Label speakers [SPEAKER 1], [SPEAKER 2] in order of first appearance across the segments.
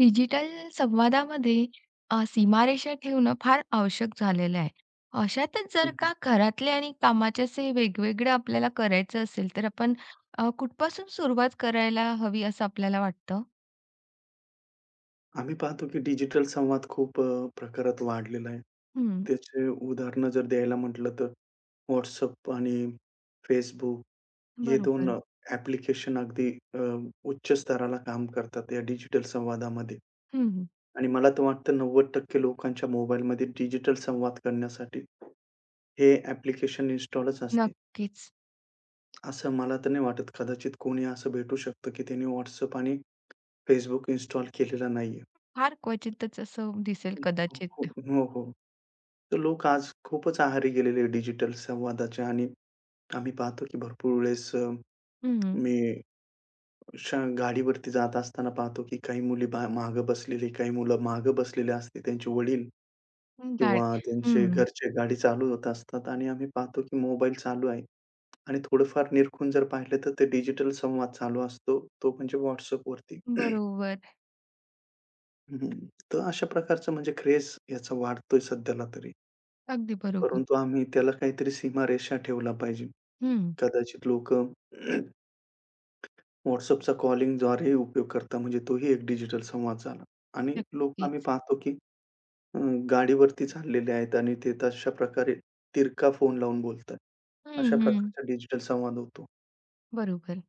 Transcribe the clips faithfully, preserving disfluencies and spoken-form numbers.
[SPEAKER 1] Digital संवादामध्ये अ, सीमारेषा ठेवणं फार आवश्यक झालेलं आहे. अशातच
[SPEAKER 2] हं,
[SPEAKER 1] जर
[SPEAKER 2] हं.
[SPEAKER 1] का घरातले आणि कामाचे असे वेगवेगळं आपल्याला करायचं असेल, तर आपण अ, कुठपासून सुरुवात करायला हवी असं आपल्याला वाटतं?
[SPEAKER 2] आम्ही पाहतो की डिजिटल संवाद खूप अ, प्रकारात वाढलेला आहे.
[SPEAKER 1] हं,
[SPEAKER 2] त्याचे उदाहरणं जर द्यायला म्हटलं तर WhatsApp आणि Facebook हे दोन
[SPEAKER 1] बरोबर.
[SPEAKER 2] अ, ॲप्लिकेशन अगदी अ, उच्च स्तराला काम करतात या डिजिटल संवादामध्ये.
[SPEAKER 1] हं, हं.
[SPEAKER 2] आणि मला तर वाटतं नव्वद टक्के लोकांच्या मोबाईलमध्ये डिजिटल संवाद करण्यासाठी हे ॲप्लिकेशन इन्स्टॉलच असते.
[SPEAKER 1] नक्कीच.
[SPEAKER 2] असं मला तर नाही वाटत कदाचित कोणी असं भेटू शकतं की त्याने WhatsApp आणि Facebook इन्स्टॉल केलेला नाहीये.
[SPEAKER 1] फार क्वचितच असं दिसेल
[SPEAKER 2] हो, हो,
[SPEAKER 1] कदाचित.
[SPEAKER 2] हो. हो. तर लोक आज खूपच आहारी गेलेले डिजिटल संवादाच्या. आणि आम्ही पाहतो की भरपूर वेळेस अ,
[SPEAKER 1] हं.
[SPEAKER 2] मी शा गाडीवरती जात असताना पाहतो की काही मुली बा मागं बसलेली, काही मुलं मागं बसलेले असते. त्यांचे वडील
[SPEAKER 1] गाड
[SPEAKER 2] किंवा त्यांचे
[SPEAKER 1] हं.
[SPEAKER 2] घरचे गाडी चालवत असतात आणि आम्ही पाहतो की मोबाईल चालू आहे आणि थोडंफार निरखून जर पाहिलं तर ते डिजिटल संवाद चालू असतो. तो म्हणजे WhatsAppवरती.
[SPEAKER 1] बरोबर.
[SPEAKER 2] हं, हं. तर अशा प्रकारचं म्हणजे क्रेझ याचा वाढतोय सध्याला तरी.
[SPEAKER 1] अगदी बरोबर.
[SPEAKER 2] परंतु आम्ही त्याला काहीतरी सीमारेषा ठेवला पाहिजे.
[SPEAKER 1] हं.
[SPEAKER 2] कदाचित लोकं WhatsAppचा कॉलिंगद्वारे उपयोग करतात. म्हणजे तोही एक डिजिटल संवाद झाला. आणि लोक आम्ही
[SPEAKER 1] नक्कीच.
[SPEAKER 2] पाहतो, की अ, गाडीवरती चाललेले आहेत आणि ते तशा प्रकारे तिरका फोन लावून बोलतात.
[SPEAKER 1] हं,
[SPEAKER 2] अशा
[SPEAKER 1] हं.
[SPEAKER 2] प्रकारचा डिजिटल संवाद होतो.
[SPEAKER 1] बरोबर.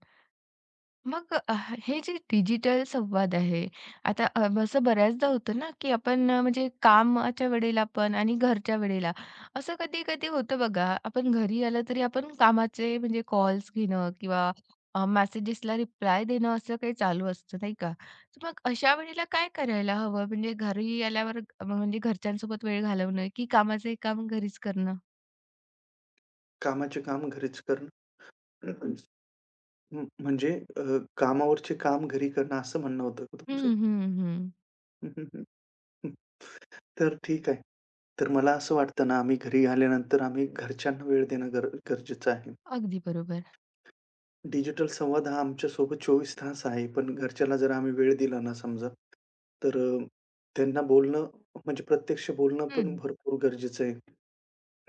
[SPEAKER 1] मग अ, हे जे डिजिटल संवाद आहे, आता अ, असं बऱ्याचदा होतं ना, की आपण अ, म्हणजे कामाच्या वेळेला पण आणि घरच्या वेळेला असं कधी-कधी होतं बघा, आपण घरी आलं तरी आपण कामाचे म्हणजे कॉल्स घेणं किंवा अ, मेसेजेसला रिप्लाय देणं असं काही चालू असतं, नाही का? तर मग अशा वेळेला काय करायला हवं? म्हणजे घरी आल्यावर अ, म्हणजे घरच्यांसोबत वेळ घालवणं की कामाचं काम घरीच करणं?
[SPEAKER 2] कामाचे काम घरीच करणं म म्हणजे अ, कामावरचे काम घरी करणं असं म्हणणं होतं का तुमचं?
[SPEAKER 1] हं, हं, हं.
[SPEAKER 2] हं, हं, हं, तर ठीक आहे. तर मला असं वाटतं ना, आम्ही घरी आल्यानंतर आम्ही घरच्यांना वेळ देणं गर गरजेचं आहे.
[SPEAKER 1] अगदी बरोबर.
[SPEAKER 2] डिजिटल संवाद हा आमच्यासोबत चोवीस तास आहे. पण घरच्याला जर आम्ही वेळ दिला ना समजा, तर अ, त्यांना बोलणं म्हणजे प्रत्यक्ष बोलणं पण
[SPEAKER 1] हं,
[SPEAKER 2] भरपूर गरजेचं आहे.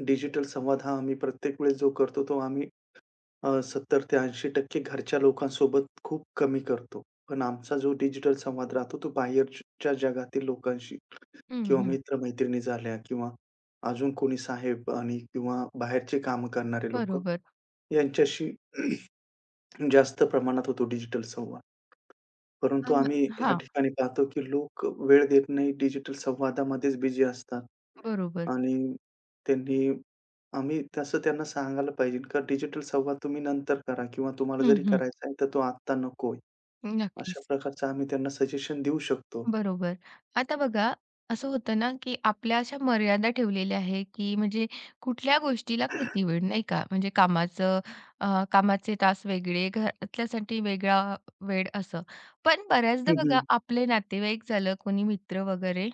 [SPEAKER 2] डिजिटल संवाद हा आम्ही प्रत्येक वेळेस जो करतो तो आम्ही अ, सत्तर टक्के ते ऐंशी टक्के घरच्या लोकांसोबत खूप कमी करतो. पण आमचा जो डिजिटल संवाद राहतो तो बाहेरच्या जगातील लोकांशी
[SPEAKER 1] हं,
[SPEAKER 2] किंवा
[SPEAKER 1] हं.
[SPEAKER 2] मित्र झाल्या किंवा अजून कोणी साहेब आणि किंवा बाहेरचे कामं करणारे लोकं
[SPEAKER 1] बरोबर.
[SPEAKER 2] यांच्याशी जास्त प्रमाणात होतो डिजिटल संवाद. परंतु
[SPEAKER 1] आम
[SPEAKER 2] आम्ही ह्या
[SPEAKER 1] हां.
[SPEAKER 2] ठिकाणी पाहतो, की लोक वेळ देत नाही. डिजिटल संवादामध्येच बिझी असतात
[SPEAKER 1] बरोबर.
[SPEAKER 2] आणि त्यांनी आम्ही तसं त्यांना सांगायला पाहिजे, का डिजिटल संवाद तुम्ही नंतर करा किंवा तुम्हाला
[SPEAKER 1] हं,
[SPEAKER 2] जरी
[SPEAKER 1] हं.
[SPEAKER 2] करायचा आहे, तर तो आत्ता नकोय. अशा
[SPEAKER 1] नक्कीच.
[SPEAKER 2] प्रकारचं आम्ही त्यांना सजेशन देऊ शकतो.
[SPEAKER 1] बरोबर. आता बघा, असं होतं ना, की आपल्या अशा मर्यादा ठेवलेल्या आहे, की म्हणजे कुठल्या गोष्टीला किती वेळ, नाही का? म्हणजे कामाचं अ, कामाचे तास वेगळे, घरातल्यासाठी वेगळा वेळ असं. पण बऱ्याचदा
[SPEAKER 2] हं,
[SPEAKER 1] बघा,
[SPEAKER 2] हं.
[SPEAKER 1] आपले नातेवाईक झालं, कोणी मित्र वगैरे,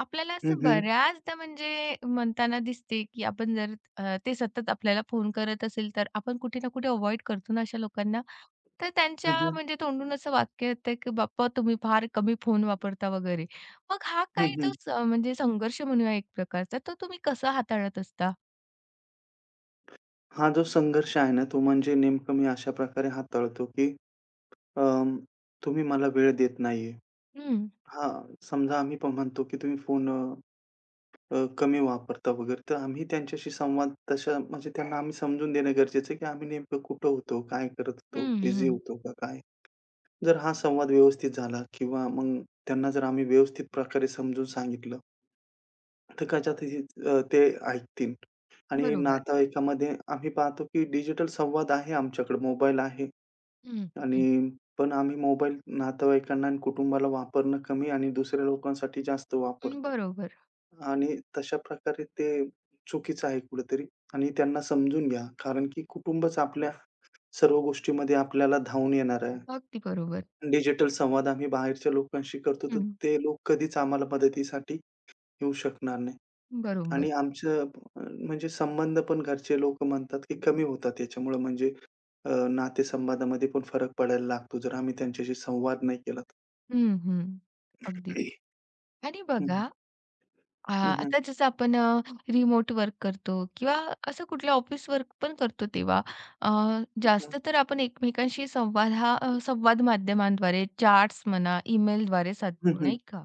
[SPEAKER 1] आपल्याला
[SPEAKER 2] हं,
[SPEAKER 1] असं
[SPEAKER 2] हं.
[SPEAKER 1] बऱ्याचदा म्हणजे म्हणताना दिसते, की आपण जर अ, ते सतत आपल्याला फोन करत असेल, तर आपण कुठे ना कुठे अव्हॉइड करतो ना अशा लोकांना? तर
[SPEAKER 2] हं,
[SPEAKER 1] त्यांच्या
[SPEAKER 2] हं.
[SPEAKER 1] म्हणजे तोंडून असं वाक्य येतं, की "बाप्पा तुम्ही फार कमी फोन वापरता" वगैरे. मग हा काही जो स म्हणजे संघर्ष म्हणूया एक प्रकारचा, तो तुम्ही कसा हाताळत असता?
[SPEAKER 2] हा जो संघर्ष आहे ना, तो म्हणजे नेमकं मी अशा प्रकारे हाताळतो, की अ, तुम्ही मला वेळ देत नाहीये.
[SPEAKER 1] हं.
[SPEAKER 2] हां, समजा आम्ही पण म्हणतो, की तुम्ही फोन अ, अ, कमी वापरता वगैरे, तर आम्ही त्यांच्याशी संवाद तशा म्हणजे त्यांना आम्ही समजून देणं गरजेचं आहे, की आम्ही नेमकं कुठं होतो, काय करत होतो,
[SPEAKER 1] हं,
[SPEAKER 2] बिझी
[SPEAKER 1] हं.
[SPEAKER 2] होतो का काय? जर हा संवाद व्यवस्थित झाला किंवा मग त्यांना जर आम्ही व्यवस्थित प्रकारे समजून सांगितलं, तर कदाचित अ, ते ऐकतील. आणि
[SPEAKER 1] बरोबर.
[SPEAKER 2] नातेवाईकामध्ये आम्ही पाहतो, की डिजिटल संवाद आहे आमच्याकडे, मोबाईल आहे
[SPEAKER 1] हं, हं.
[SPEAKER 2] आणि पण आम्ही मोबाईल नातेवाईकांना आणि कुटुंबाला वापरणं कमी आणि दुसऱ्या लोकांसाठी जास्त
[SPEAKER 1] हं,
[SPEAKER 2] वापरतो.
[SPEAKER 1] बरोबर.
[SPEAKER 2] आणि तशा प्रकारे ते चुकीचं आहे कुठेतरी आणि त्यांना समजून घ्या. कारण की कुटुंबच आपल्या सर्व गोष्टीमध्ये आपल्याला धावून येणार आहे.
[SPEAKER 1] अगदी बरोबर.
[SPEAKER 2] डिजिटल संवाद आम्ही बाहेरच्या लोकांशी करतो, तर
[SPEAKER 1] हं.
[SPEAKER 2] ते लोक कधीच आम्हाला मदतीसाठी येऊ शकणार नाही.
[SPEAKER 1] बरोबर.
[SPEAKER 2] आणि आमचं अ, म्हणजे संबंध पण घरचे लोक म्हणतात, की कमी होतात याच्यामुळं म्हणजे अ, नातेसंबंधामध्ये पण फरक पडायला लागतो, जर आम्ही त्यांच्याशी संवाद नाही केला तर.
[SPEAKER 1] हं, हं. अगदी. आणि
[SPEAKER 2] हं, हं.
[SPEAKER 1] बघा हां,
[SPEAKER 2] हं, हं.
[SPEAKER 1] आता जसं आपण रिमोट वर्क करतो किंवा असं कुठलं ऑफिस वर्क पण करतो तेव्हा अ, जास्त तर आपण एकमेकांशी संवाद हा अ, संवाद माध्यमांद्वारे चॅट्स म्हणा, ईमेलद्वारे
[SPEAKER 2] हं,
[SPEAKER 1] साधतो नाही का?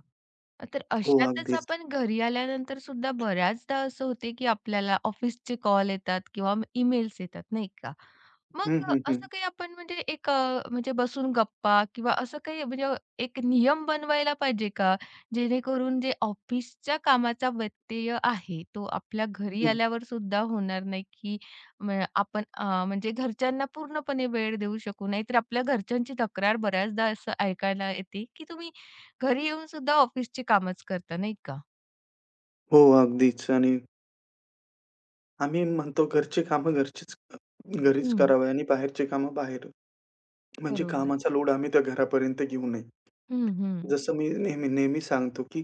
[SPEAKER 1] तर
[SPEAKER 2] हो,
[SPEAKER 1] अशातच
[SPEAKER 2] अगदीच.
[SPEAKER 1] आपण घरी आल्यानंतर सुद्धा बऱ्याचदा असं होते, की आपल्याला ऑफिसचे कॉल येतात किंवा ईमेल्स येतात नाही का? मग
[SPEAKER 2] हं,
[SPEAKER 1] अ,
[SPEAKER 2] हं,
[SPEAKER 1] असं
[SPEAKER 2] हं.
[SPEAKER 1] काही आपण म्हणजे एक अ, म्हणजे बसून गप्पा किंवा असं काही म्हणजे एक नियम बनवायला पाहिजे का? जेणेकरून जे ऑफिसच्या कामाचा व्यत्यय आहे, तो आपल्या घरी आल्यावर सुद्धा होणार नाही, की म आपण अ, म्हणजे घरच्यांना पूर्णपणे वेळ देऊ शकू. नाहीतर आपल्या घरच्यांची तक्रार बऱ्याचदा असं ऐकायला येते, की तुम्ही घरी येऊन सुद्धा ऑफिसची कामच करता, नाही का?
[SPEAKER 2] हो, अगदीच. आणि आम्ही म्हणतो घरची कामं घरचीच घरीच
[SPEAKER 1] हं,
[SPEAKER 2] करावी आणि बाहेरची कामं बाहेर. म्हणजे
[SPEAKER 1] बरोबर.
[SPEAKER 2] कामाचा लोड आम्ही त्या घरापर्यंत घेऊ नये.
[SPEAKER 1] हं, हं.
[SPEAKER 2] जसं मी नेहमी नेहमी सांगतो, की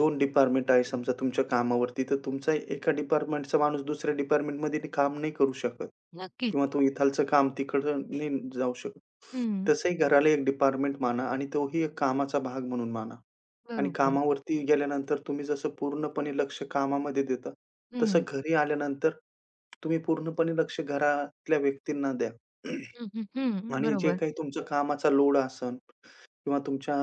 [SPEAKER 2] दोन डिपार्टमेंट आहे समजा तुमच्या कामावरती, तर तुमचा एका डिपार्टमेंटचा माणूस दुसऱ्या डिपार्टमेंटमध्ये ते काम नाही करू शकत
[SPEAKER 1] नक्कीच.
[SPEAKER 2] किंवा तो इथालचं काम तिकडं नाही जाऊ शकत.
[SPEAKER 1] हं,
[SPEAKER 2] तसंही घराला एक डिपार्टमेंट माना आणि तोही एक कामाचा भाग म्हणून माना. आणि
[SPEAKER 1] बरोबर.
[SPEAKER 2] कामावरती गेल्यानंतर तुम्ही जसं पूर्णपणे लक्ष कामामध्ये देता, तसं
[SPEAKER 1] हं,
[SPEAKER 2] घरी आल्यानंतर तुम्ही पूर्णपणे लक्ष घरातल्या व्यक्तींना द्या.
[SPEAKER 1] हं, हं, हं.
[SPEAKER 2] आणि जे
[SPEAKER 1] बरोबर.
[SPEAKER 2] काही तुमच्या कामाचा लोड असन किंवा तुमच्या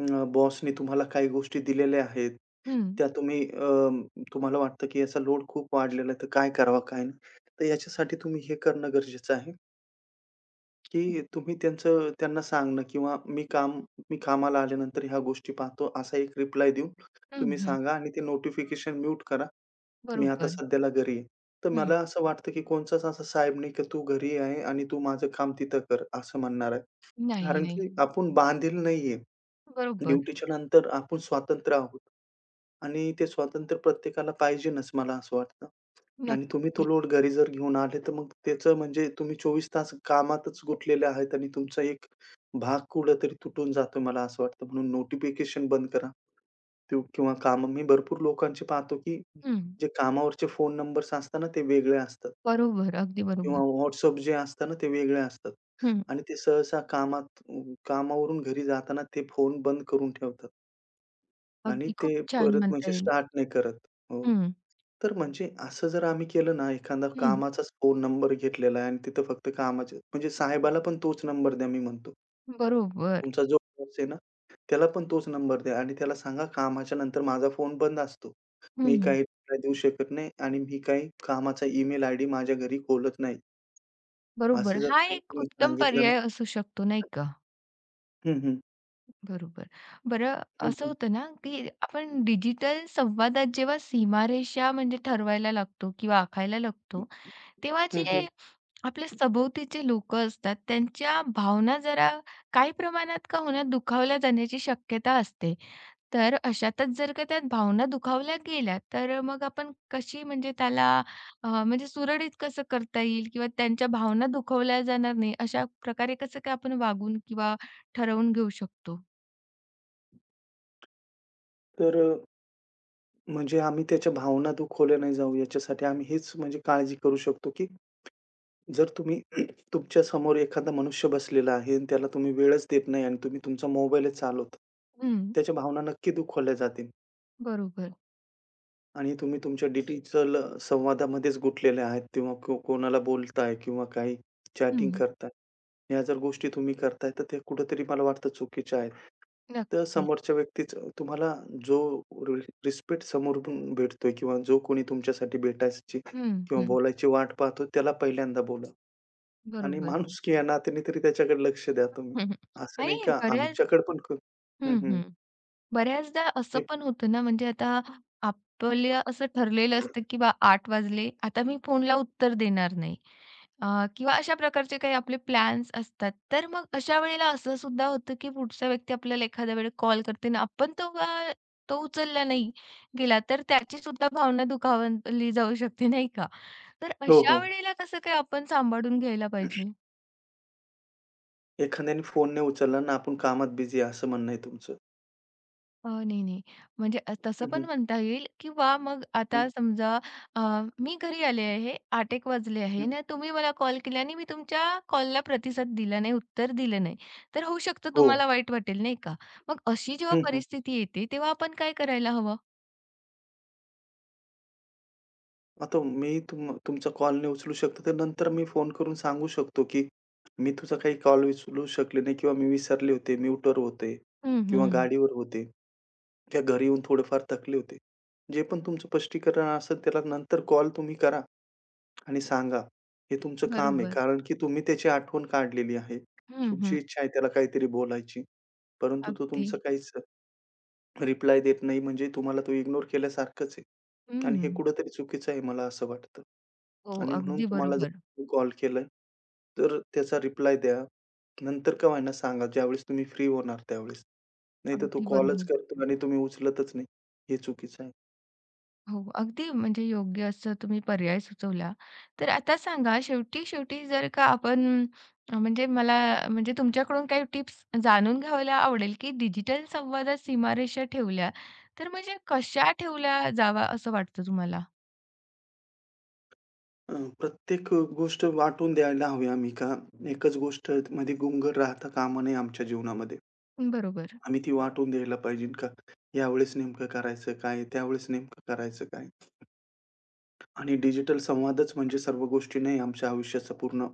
[SPEAKER 2] अ, बॉसने तुम्हाला काही गोष्टी दिलेल्या आहेत,
[SPEAKER 1] हं,
[SPEAKER 2] त्या तुम्ही अ, तुम्हाला वाटतं की याचा लोड खूप वाढलेला आहे, तर काय करावं, काय नाही? तर याच्यासाठी तुम्ही हे करणं गरजेचं आहे, की तुम्ही त्यांचं त्यांना सांगणं किंवा "मी काम मी कामाला आल्यानंतर ह्या गोष्टी पाहतो" असा एक रिप्लाय देऊन
[SPEAKER 1] हं,
[SPEAKER 2] तुम्ही
[SPEAKER 1] हं.
[SPEAKER 2] सांगा आणि ते नोटिफिकेशन म्यूट करा. "मी आता
[SPEAKER 1] बरोबर.
[SPEAKER 2] सध्याला घरी आहे." तर
[SPEAKER 1] हं.
[SPEAKER 2] मला असं वाटतं की कोणचाच असा साहेब नाही, की "तू घरी आहे आणि तू माझं काम तिथं कर," असं म्हणणार आहे.
[SPEAKER 1] नाही,
[SPEAKER 2] कारण
[SPEAKER 1] नाही.
[SPEAKER 2] की आपण बांधील नाहीये.
[SPEAKER 1] बरोबर.
[SPEAKER 2] ड्युटीच्या नंतर आपण स्वतंत्र आहोत आणि ते स्वातंत्र्य प्रत्येकाला पाहिजेनच मला असं वाटतं. आणि तुम्ही तो
[SPEAKER 1] नक्की.
[SPEAKER 2] लोड घरी जर घेऊन आले, तर मग त्याचं म्हणजे तुम्ही चोवीस तास कामातच गुंतलेले आहेत आणि तुमचा एक भाग कुठेतरी तुटून जातो मला असं वाटतं. म्हणून नोटिफिकेशन बंद करा. ते किंवा कामं मी भरपूर लोकांचे पाहतो, की
[SPEAKER 1] हं.
[SPEAKER 2] जे कामावरचे फोन नंबर्स असतात ना, ते वेगळे असतात.
[SPEAKER 1] बरोबर, अगदी
[SPEAKER 2] किंवा
[SPEAKER 1] बरोबर.
[SPEAKER 2] WhatsApp जे असतं ना, ते वेगळे असतात
[SPEAKER 1] हं.
[SPEAKER 2] आणि ते सहसा कामात कामावरून घरी जाताना ते फोन बंद करून ठेवतात आणि
[SPEAKER 1] अगदी खूप
[SPEAKER 2] ते
[SPEAKER 1] छान
[SPEAKER 2] परत
[SPEAKER 1] म्हणता
[SPEAKER 2] म्हणजे
[SPEAKER 1] येईल.
[SPEAKER 2] स्टार्ट नाही करत. हो.
[SPEAKER 1] हं,
[SPEAKER 2] तर म्हणजे असं जर आम्ही केलं ना, एखादा
[SPEAKER 1] हं.
[SPEAKER 2] कामाचाच फोन नंबर घेतलेला आहे आणि तिथं फक्त कामाचे म्हणजे साहेबाला पण तोच नंबर द्या मी म्हणतो.
[SPEAKER 1] बरोबर.
[SPEAKER 2] तुमचा जो बॉस आहे ना, त्याला पण तोच नंबर द्या आणि त्याला सांगा कामाच्या नंतर माझा फोन बंद असतो. मी
[SPEAKER 1] हं.
[SPEAKER 2] काही रिप्लाय देऊ शकत नाही आणि मी काही कामाचा ईमेल आयडी माझ्या घरी खोलत नाही.
[SPEAKER 1] बरोबर.
[SPEAKER 2] असं जर
[SPEAKER 1] हा
[SPEAKER 2] त्यांना
[SPEAKER 1] एक
[SPEAKER 2] तुम्ही
[SPEAKER 1] उत्तम
[SPEAKER 2] सांगितलं ना.
[SPEAKER 1] पर्याय असू शकतो, नाही का?
[SPEAKER 2] हं, हं.
[SPEAKER 1] बरोबर. बरं
[SPEAKER 2] हं,
[SPEAKER 1] असं
[SPEAKER 2] हं.
[SPEAKER 1] होतं ना, की आपण डिजिटल संवादात जेव्हा सीमारेषा म्हणजे ठरवायला लागतो किंवा आखायला लागतो, तेव्हा
[SPEAKER 2] हं,
[SPEAKER 1] जे
[SPEAKER 2] हं.
[SPEAKER 1] आपल्या सभोवतीचे लोकं असतात त्यांच्या भावना जरा काही प्रमाणात का होईना दुखावल्या जाण्याची शक्यता असते. तर अशातच जर का त्यात भावना दुखावल्या गेल्या, तर मग आपण कशी म्हणजे त्याला अ, म्हणजे सुरळीत कसं करता येईल किंवा त्यांच्या भावना दुखावल्या जाणार नाही, अशा प्रकारे कसं काय आपण वागून किंवा ठरवून घेऊ शकतो?
[SPEAKER 2] तर अ, म्हणजे आम्ही त्याच्या भावना दुखवल्या नाही जाऊ याच्यासाठी आम्ही हेच म्हणजे काळजी करू शकतो, की जर तुम्ही तुमच्या समोर एखादा मनुष्य बसलेला आहे आणि त्याला तुम्ही वेळच देत नाही आणि तुम्ही तुमचा मोबाईलच चालवता.
[SPEAKER 1] हं,
[SPEAKER 2] त्याच्या भावना नक्की दुखावल्या जातील.
[SPEAKER 1] बरोबर.
[SPEAKER 2] आणि तुम्ही तुमच्या डिजिटल संवादामध्येच गुंतलेले आहेत किंवा को कोणाला बोलताय किंवा काही
[SPEAKER 1] हं,
[SPEAKER 2] चॅटिंग करताय. ह्या जर गोष्टी तुम्ही करताय, तर ते कुठेतरी मला वाटतं चुकीच्या आहेत. तर
[SPEAKER 1] नक्कीच.
[SPEAKER 2] समोरच्या व्यक्तीचं तुम्हाला जो रि रिस्पेक्ट समोरून भेटतोय किंवा जो कोणी तुमच्यासाठी भेटायची
[SPEAKER 1] हं,
[SPEAKER 2] किंवा
[SPEAKER 1] हं.
[SPEAKER 2] बोलायची वाट पाहतो, त्याला पहिल्यांदा बोला आणि
[SPEAKER 1] बरोबर.
[SPEAKER 2] माणुसकी या नात्याने तरी त्याच्याकडे लक्ष द्या तुम्ही.
[SPEAKER 1] हम्म, हम्म.
[SPEAKER 2] असं नाही
[SPEAKER 1] आणि
[SPEAKER 2] का
[SPEAKER 1] बऱ्याच
[SPEAKER 2] आमच्याकडे पण क हं,
[SPEAKER 1] हं,
[SPEAKER 2] हं.
[SPEAKER 1] हं. बऱ्याचदा असं
[SPEAKER 2] मी
[SPEAKER 1] पण होतं ना, म्हणजे आता आपल्या असं ठरलेलं असतं, की बा आठ वाजले, आता मी फोनला उत्तर देणार नाही. अ, किंवा अशा प्रकारचे काही आपले प्लॅन्स असतात. तर मग अशा वेळेला असं सुद्धा होतं, की पुढचा व्यक्ती आपल्याला एखाद्या वेळेस कॉल करते ना, आपण तो अ, तो उचलला नाही गेला, तर त्याची सुद्धा भावना दुखावली जाऊ शकते, नाही का? तर
[SPEAKER 2] हो, हो.
[SPEAKER 1] अशा वेळेला कसं काय आपण सांभाळून घ्यायला पाहिजे?
[SPEAKER 2] एखाद्याने फोन नाही उचलला आणि आपण कामात बिझी आहे, असं म्हणणं आहे तुमचं.
[SPEAKER 1] अ, नाही, नाही. म्हणजे अ, तसं
[SPEAKER 2] हं,
[SPEAKER 1] पण
[SPEAKER 2] हं,
[SPEAKER 1] म्हणता येईल किंवा मग
[SPEAKER 2] हं,
[SPEAKER 1] आता समजा अ, मी घरी आले आहे, आठ वाजले आहे
[SPEAKER 2] हं.
[SPEAKER 1] ना, तुम्ही मला कॉल केला आणि मी तुमच्या कॉलला प्रतिसाद दिला नाही, उत्तर दिलं नाही, तर होऊ शकतं
[SPEAKER 2] हो.
[SPEAKER 1] तुम्हाला वाईट वाटेल, नाही का? मग अशी जेव्हा
[SPEAKER 2] हं, हं.
[SPEAKER 1] परिस्थिती येते, तेव्हा आपण काय करायला हवं?
[SPEAKER 2] आता मी तुम तुमचा कॉल नाही उचलू शकतो, तर नंतर मी फोन करून सांगू शकतो, की "मी तुझा काही कॉल उचलू शकले नाही किंवा मी विसरले होते, म्यूटवर होते
[SPEAKER 1] हं,
[SPEAKER 2] किंवा
[SPEAKER 1] हं.
[SPEAKER 2] गाडीवर होते किंवा घरी येऊन थोडेफार थकले होते." जे पण तुमचं स्पष्टीकरण असेल त्याला नंतर कॉल तुम्ही करा आणि सांगा. हे तुमचं काम आहे,
[SPEAKER 1] बरोबर.
[SPEAKER 2] कारण की तुम्ही त्याची आठवण काढलेली आहे.
[SPEAKER 1] हं, हं.
[SPEAKER 2] तुमची इच्छा आहे त्याला काहीतरी बोलायची, परंतु तो
[SPEAKER 1] अगदी.
[SPEAKER 2] तुमचं काहीच रिप्लाय देत नाही म्हणजे तुम्हाला तो इग्नोर केल्यासारखंच आहे. आणि हे
[SPEAKER 1] हं.
[SPEAKER 2] कुठेतरी चुकीचं आहे मला असं वाटतं.
[SPEAKER 1] हो,
[SPEAKER 2] आणि म्हणून
[SPEAKER 1] अगदी
[SPEAKER 2] तुम्हाला
[SPEAKER 1] बरोबर.
[SPEAKER 2] जर कॉल केलाय, तर त्याचा रिप्लाय द्या. नंतर का होईना सांगा ज्यावेळेस तुम्ही फ्री होणार त्यावेळेस. नाहीतर तो
[SPEAKER 1] अगदी
[SPEAKER 2] कॉलच
[SPEAKER 1] बरोबर.
[SPEAKER 2] करतो आणि तुम्ही उचलतच नाही. हे चुकीचं आहे.
[SPEAKER 1] हो, अगदी म्हणजे योग्य असं तुम्ही पर्याय सुचवला. तर आता सांगा शेवटी-शेवटी जर का आपण अ, म्हणजे मला म्हणजे तुमच्याकडून काही टिप्स जाणून घ्यायला आवडेल, की डिजिटल संवादात सीमारेषा ठेवल्या, तर म्हणजे कशा ठेवल्या जावा असं वाटतं तुम्हाला?
[SPEAKER 2] अ, प्रत्येक गोष्ट वाटून द्यायला हवी आम्ही का एकच गोष्ट मध्ये गुंग राहता कामा नये आमच्या जीवनामध्ये.
[SPEAKER 1] बरोबर.
[SPEAKER 2] आम्ही ती वाटून द्यायला पाहिजे का यावेळेस नेमकं करायचं काय? त्यावेळेस नेमकं करायचं काय? आणि डिजिटल संवादच म्हणजे सर्व गोष्टी नाही आमच्या आयुष्याचा पूर्ण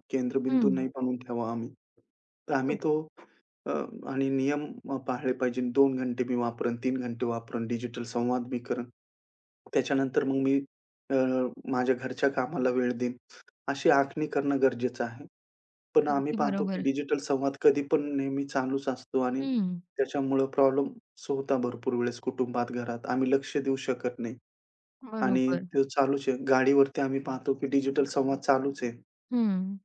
[SPEAKER 1] हं.
[SPEAKER 2] केंद्रबिंदू नाही बनवून ठेवा आम्ही. तर आम्ही
[SPEAKER 1] खूप
[SPEAKER 2] तो अ, आणि नियम अ, पाळले पाहिजे. दोन घंटे मी वापरेन, तीन घंटे वापरेन, डिजिटल संवाद मी करन। त्याच्यानंतर मग मी अ, माझ्या घरच्या कामाला वेळ देईन. अशी आखणी करणं गरजेचं आहे. पण आम्ही
[SPEAKER 1] अगदी
[SPEAKER 2] पाहतो की
[SPEAKER 1] बरोबर.
[SPEAKER 2] डिजिटल संवाद कधी पण नेहमी चालूच असतो आणि
[SPEAKER 1] हं.
[SPEAKER 2] त्याच्यामुळं प्रॉब्लेम्स होता भरपूर वेळेस कुटुंबात, घरात. आम्ही लक्ष देऊ शकत नाही. आणि
[SPEAKER 1] बरोबर.
[SPEAKER 2] तो चालूच आहे. गाडीवरती आम्ही पाहतो की डिजिटल संवाद चालूच आहे
[SPEAKER 1] हं.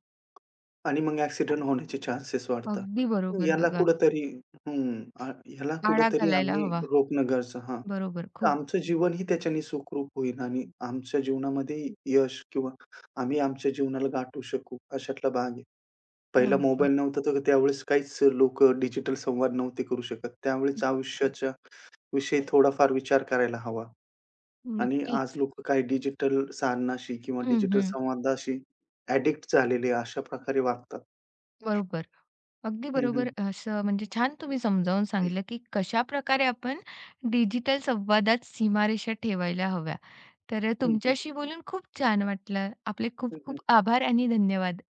[SPEAKER 2] आणि मग ॲक्सिडेंट होण्याचे चान्सेस वाढतात.
[SPEAKER 1] अगदी
[SPEAKER 2] मग
[SPEAKER 1] बरोबर
[SPEAKER 2] याला
[SPEAKER 1] बघा.
[SPEAKER 2] कुठेतरी हं, अ, ह्याला
[SPEAKER 1] आळा
[SPEAKER 2] कुठेतरी
[SPEAKER 1] घालायला
[SPEAKER 2] आम्ही
[SPEAKER 1] हवा.
[SPEAKER 2] रोखणं गरजेचं हां.
[SPEAKER 1] बरोबर.
[SPEAKER 2] तर
[SPEAKER 1] खूप
[SPEAKER 2] आमचं जीवनही त्याच्याने सुखरूप होईल आणि आमच्या जीवनामध्ये यश किंवा आम्ही आमच्या जीवनाला गाठू शकू, अशातला भाग आहे. पहिला
[SPEAKER 1] बरोबर.
[SPEAKER 2] मोबाईल नव्हता तर त्यावेळेस काहीच लोकं डिजिटल संवाद नव्हते करू शकत. त्यावेळेस आयुष्याच्या विषयी थोडाफार विचार करायला हवा. आणि आज
[SPEAKER 1] नक्कीच.
[SPEAKER 2] लोकं काही डिजिटल साधनाशी किंवा
[SPEAKER 1] हं,
[SPEAKER 2] डिजिटल
[SPEAKER 1] हं.
[SPEAKER 2] संवादाशी ॲडिक्ट झालेले अशा प्रकारे वागतात.
[SPEAKER 1] बरोबर. अगदी
[SPEAKER 2] हं,
[SPEAKER 1] बरोबर.
[SPEAKER 2] हं.
[SPEAKER 1] असं म्हणजे छान तुम्ही समजावून सांगितलं, की कशाप्रकारे आपण डिजिटल संवादात सीमारेषा ठेवायला हव्या. तर
[SPEAKER 2] हं, हं.
[SPEAKER 1] तुमच्याशी बोलून खूप छान वाटलं. आपले खूप
[SPEAKER 2] हं,
[SPEAKER 1] खूप आभार आणि धन्यवाद.